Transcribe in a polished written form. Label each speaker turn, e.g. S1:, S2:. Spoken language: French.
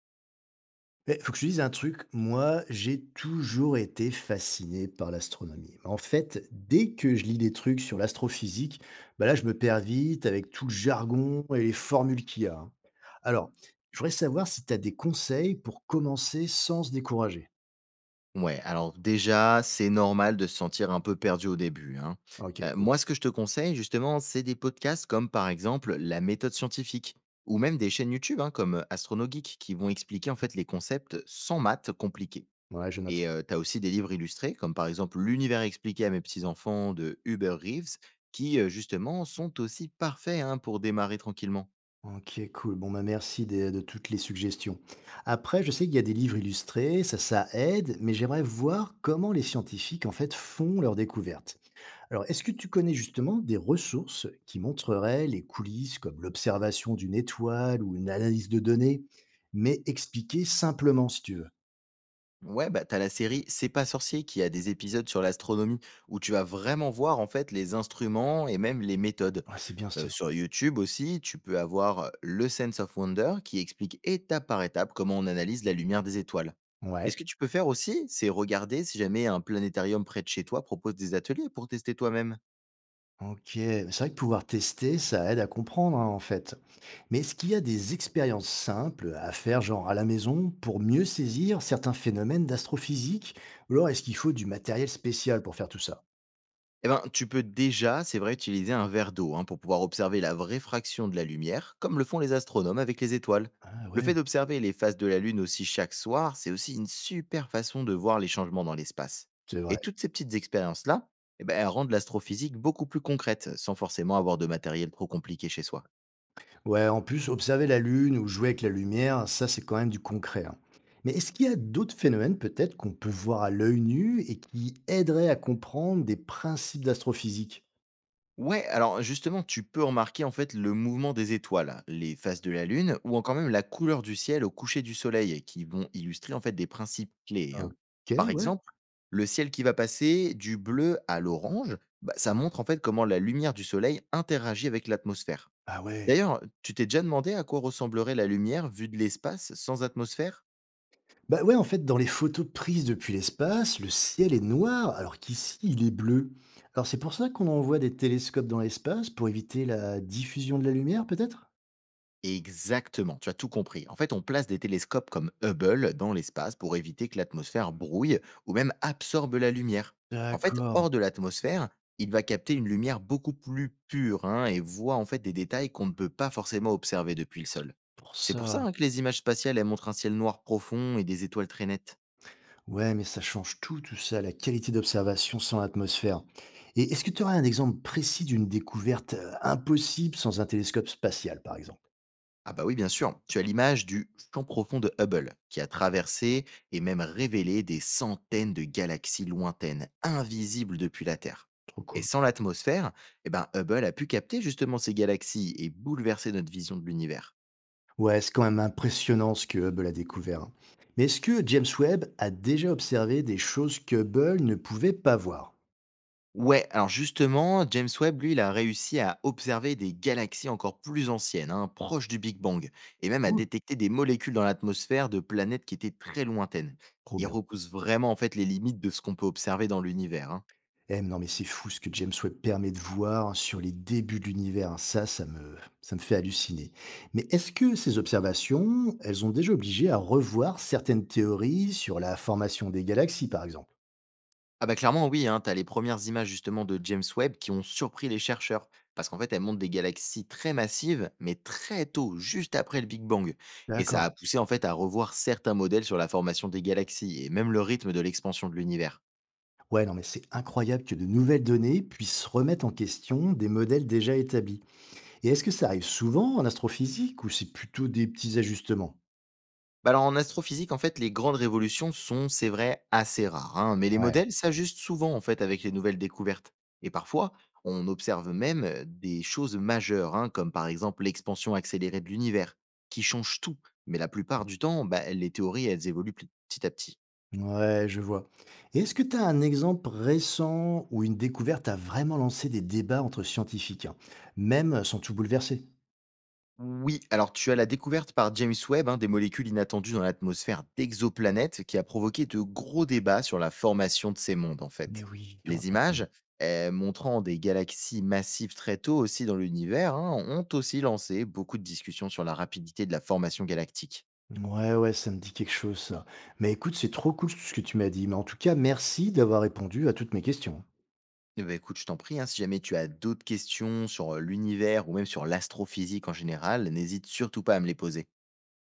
S1: Beh, faut que je te dise un truc, moi, j'ai toujours été fasciné par l'astronomie. En fait, dès que je lis des trucs sur l'astrophysique, bah là, je me perds vite avec tout le jargon et les formules qu'il y a, hein. Alors, je voudrais savoir si tu as des conseils pour commencer sans se décourager.
S2: Ouais, alors déjà, c'est normal de se sentir un peu perdu au début, hein.
S1: Ok, cool.
S2: Moi, ce que je te conseille justement, c'est des podcasts comme par exemple La méthode scientifique ou même des chaînes YouTube, hein, comme, Astronogeek qui vont expliquer en fait les concepts sans maths compliqués,
S1: Ouais, je note.
S2: et tu aussi des livres illustrés comme par exemple L'univers expliqué à mes petits-enfants de Hubert Reeves qui, justement sont aussi parfaits, hein, pour démarrer tranquillement.
S1: Ok, cool. Bon, bah merci de toutes les suggestions. Après, je sais qu'il y a des livres illustrés, ça aide, mais j'aimerais voir comment les scientifiques, en fait, font leurs découvertes. Alors, est-ce que tu connais justement des ressources qui montreraient les coulisses, comme l'observation d'une étoile ou une analyse de données, mais expliquées simplement, si tu veux?
S2: Ouais, bah, t'as la série C'est pas sorcier qui a des épisodes sur l'astronomie où tu vas vraiment voir en fait les instruments et même les méthodes.
S1: Ouais, c'est bien ça.
S2: Sur YouTube aussi, tu peux avoir Le Sense of Wonder qui explique étape par étape comment on analyse la lumière des étoiles. Et
S1: Ouais,
S2: ce que tu peux faire aussi, c'est regarder si jamais un planétarium près de chez toi propose des ateliers pour tester toi-même.
S1: ok. C'est vrai que pouvoir tester, ça aide à comprendre, hein, en fait. Mais est-ce qu'il y a des expériences simples à faire, genre à la maison, pour mieux saisir certains phénomènes d'astrophysique? Ou alors est-ce qu'il faut du matériel spécial pour faire tout ça?
S2: Eh ben, tu peux déjà, c'est vrai, utiliser un verre d'eau, hein, pour pouvoir observer la vraie fraction de la lumière, comme le font les astronomes avec les étoiles.
S1: Ah
S2: Le fait
S1: ouais,
S2: d'observer les phases de la Lune aussi chaque soir, c'est aussi une super façon de voir les changements dans l'espace.
S1: c'est vrai.
S2: Et toutes ces petites expériences-là, eh ben, elles rendent l'astrophysique beaucoup plus concrète, sans forcément avoir de matériel trop compliqué chez soi.
S1: Ouais, en plus, observer la lune ou jouer avec la lumière, ça c'est quand même du concret, hein. Mais est-ce qu'il y a d'autres phénomènes peut-être qu'on peut voir à l'œil nu et qui aideraient à comprendre des principes d'astrophysique?
S2: Ouais, alors justement, tu peux remarquer en fait le mouvement des étoiles, hein, les phases de la Lune, ou encore même la couleur du ciel au coucher du soleil, qui vont illustrer en fait des principes clés, hein.
S1: Ok,
S2: Par
S1: ouais.
S2: exemple, le ciel qui va passer du bleu à l'orange, bah, ça montre en fait comment la lumière du soleil interagit avec l'atmosphère.
S1: Ah ouais.
S2: D'ailleurs, tu t'es déjà demandé à quoi ressemblerait la lumière vue de l'espace sans atmosphère?
S1: Bah ouais, en fait, dans les photos prises depuis l'espace, le ciel est noir, alors qu'ici, il est bleu. Alors c'est pour ça qu'on envoie des télescopes dans l'espace pour éviter la diffusion de la lumière, peut-être?
S2: Exactement, tu as tout compris. En fait, on place des télescopes comme Hubble dans l'espace pour éviter que l'atmosphère brouille ou même absorbe la lumière. En fait,
S1: D'accord,
S2: hors de l'atmosphère, il va capter une lumière beaucoup plus pure, hein, et voit en fait des détails qu'on ne peut pas forcément observer depuis le
S1: c'est
S2: sol.
S1: pour
S2: C'est pour
S1: ça.
S2: ça, hein, que les images spatiales elles montrent un ciel noir profond et des étoiles très nettes.
S1: Ouais, mais ça change tout, tout ça, la qualité d'observation sans l'atmosphère. Et est-ce que tu aurais un exemple précis d'une découverte impossible sans un télescope spatial, par exemple?
S2: Ah bah oui, bien sûr. Tu as l'image du champ profond de Hubble, qui a traversé et même révélé des centaines de galaxies lointaines, invisibles depuis la Terre.
S1: Trop
S2: Et
S1: cool.
S2: sans l'atmosphère, eh ben Hubble a pu capter justement ces galaxies et bouleverser notre vision de l'univers.
S1: Ouais, c'est quand même impressionnant ce que Hubble a découvert, hein. Mais est-ce que James Webb a déjà observé des choses que Hubble ne pouvait pas voir?
S2: Ouais, alors justement, James Webb, lui, il a réussi à observer des galaxies encore plus anciennes, hein, proches du Big Bang, et même à
S1: Cool,
S2: détecter des molécules dans l'atmosphère de planètes qui étaient très lointaines.
S1: trop
S2: Il
S1: bien.
S2: repousse vraiment en fait les limites de ce qu'on peut observer dans l'univers, hein.
S1: Eh, mais non, mais c'est fou ce que James Webb permet de voir sur les débuts de l'univers, hein. Ça me ça me fait halluciner. Mais est-ce que ces observations, elles ont déjà obligé à revoir certaines théories sur la formation des galaxies, par exemple?
S2: Ah bah clairement oui, hein, t'as les premières images justement de James Webb qui ont surpris les chercheurs, parce qu'en fait elles montrent des galaxies très massives, mais très tôt, juste après le Big Bang. Et ça a
S1: D'accord.
S2: poussé en fait à revoir certains modèles sur la formation des galaxies et même le rythme de l'expansion de l'univers.
S1: Ouais, non, mais c'est incroyable que de nouvelles données puissent remettre en question des modèles déjà établis. Et est-ce que ça arrive souvent en astrophysique ou c'est plutôt des petits ajustements?
S2: Bah alors en astrophysique, en fait, les grandes révolutions sont, c'est vrai, assez rares, hein, mais les
S1: Ouais.
S2: modèles s'ajustent souvent en fait avec les nouvelles découvertes. Et parfois, on observe même des choses majeures, hein, comme par exemple l'expansion accélérée de l'univers, qui change tout. Mais la plupart du temps, bah, les théories, elles évoluent petit à petit.
S1: Ouais, je vois. Et est-ce que tu as un exemple récent où une découverte a vraiment lancé des débats entre scientifiques, hein, même sans tout bouleverser?
S2: Oui, alors tu as la découverte par James Webb, hein, des molécules inattendues dans l'atmosphère d'exoplanètes qui a provoqué de gros débats sur la formation de ces mondes en
S1: Mais
S2: fait.
S1: oui, j'en ai
S2: Les
S1: entendu parler.
S2: images, montrant des galaxies massives très tôt aussi dans l'univers, hein, ont aussi lancé beaucoup de discussions sur la rapidité de la formation galactique.
S1: Ouais, ouais, ça me dit quelque chose, ça. Mais écoute, c'est trop cool tout ce que tu m'as dit. Mais en tout cas, merci d'avoir répondu à toutes mes questions.
S2: Eh ben, écoute, je t'en prie, hein, si jamais tu as d'autres questions sur l'univers ou même sur l'astrophysique en général, n'hésite surtout pas à me les poser.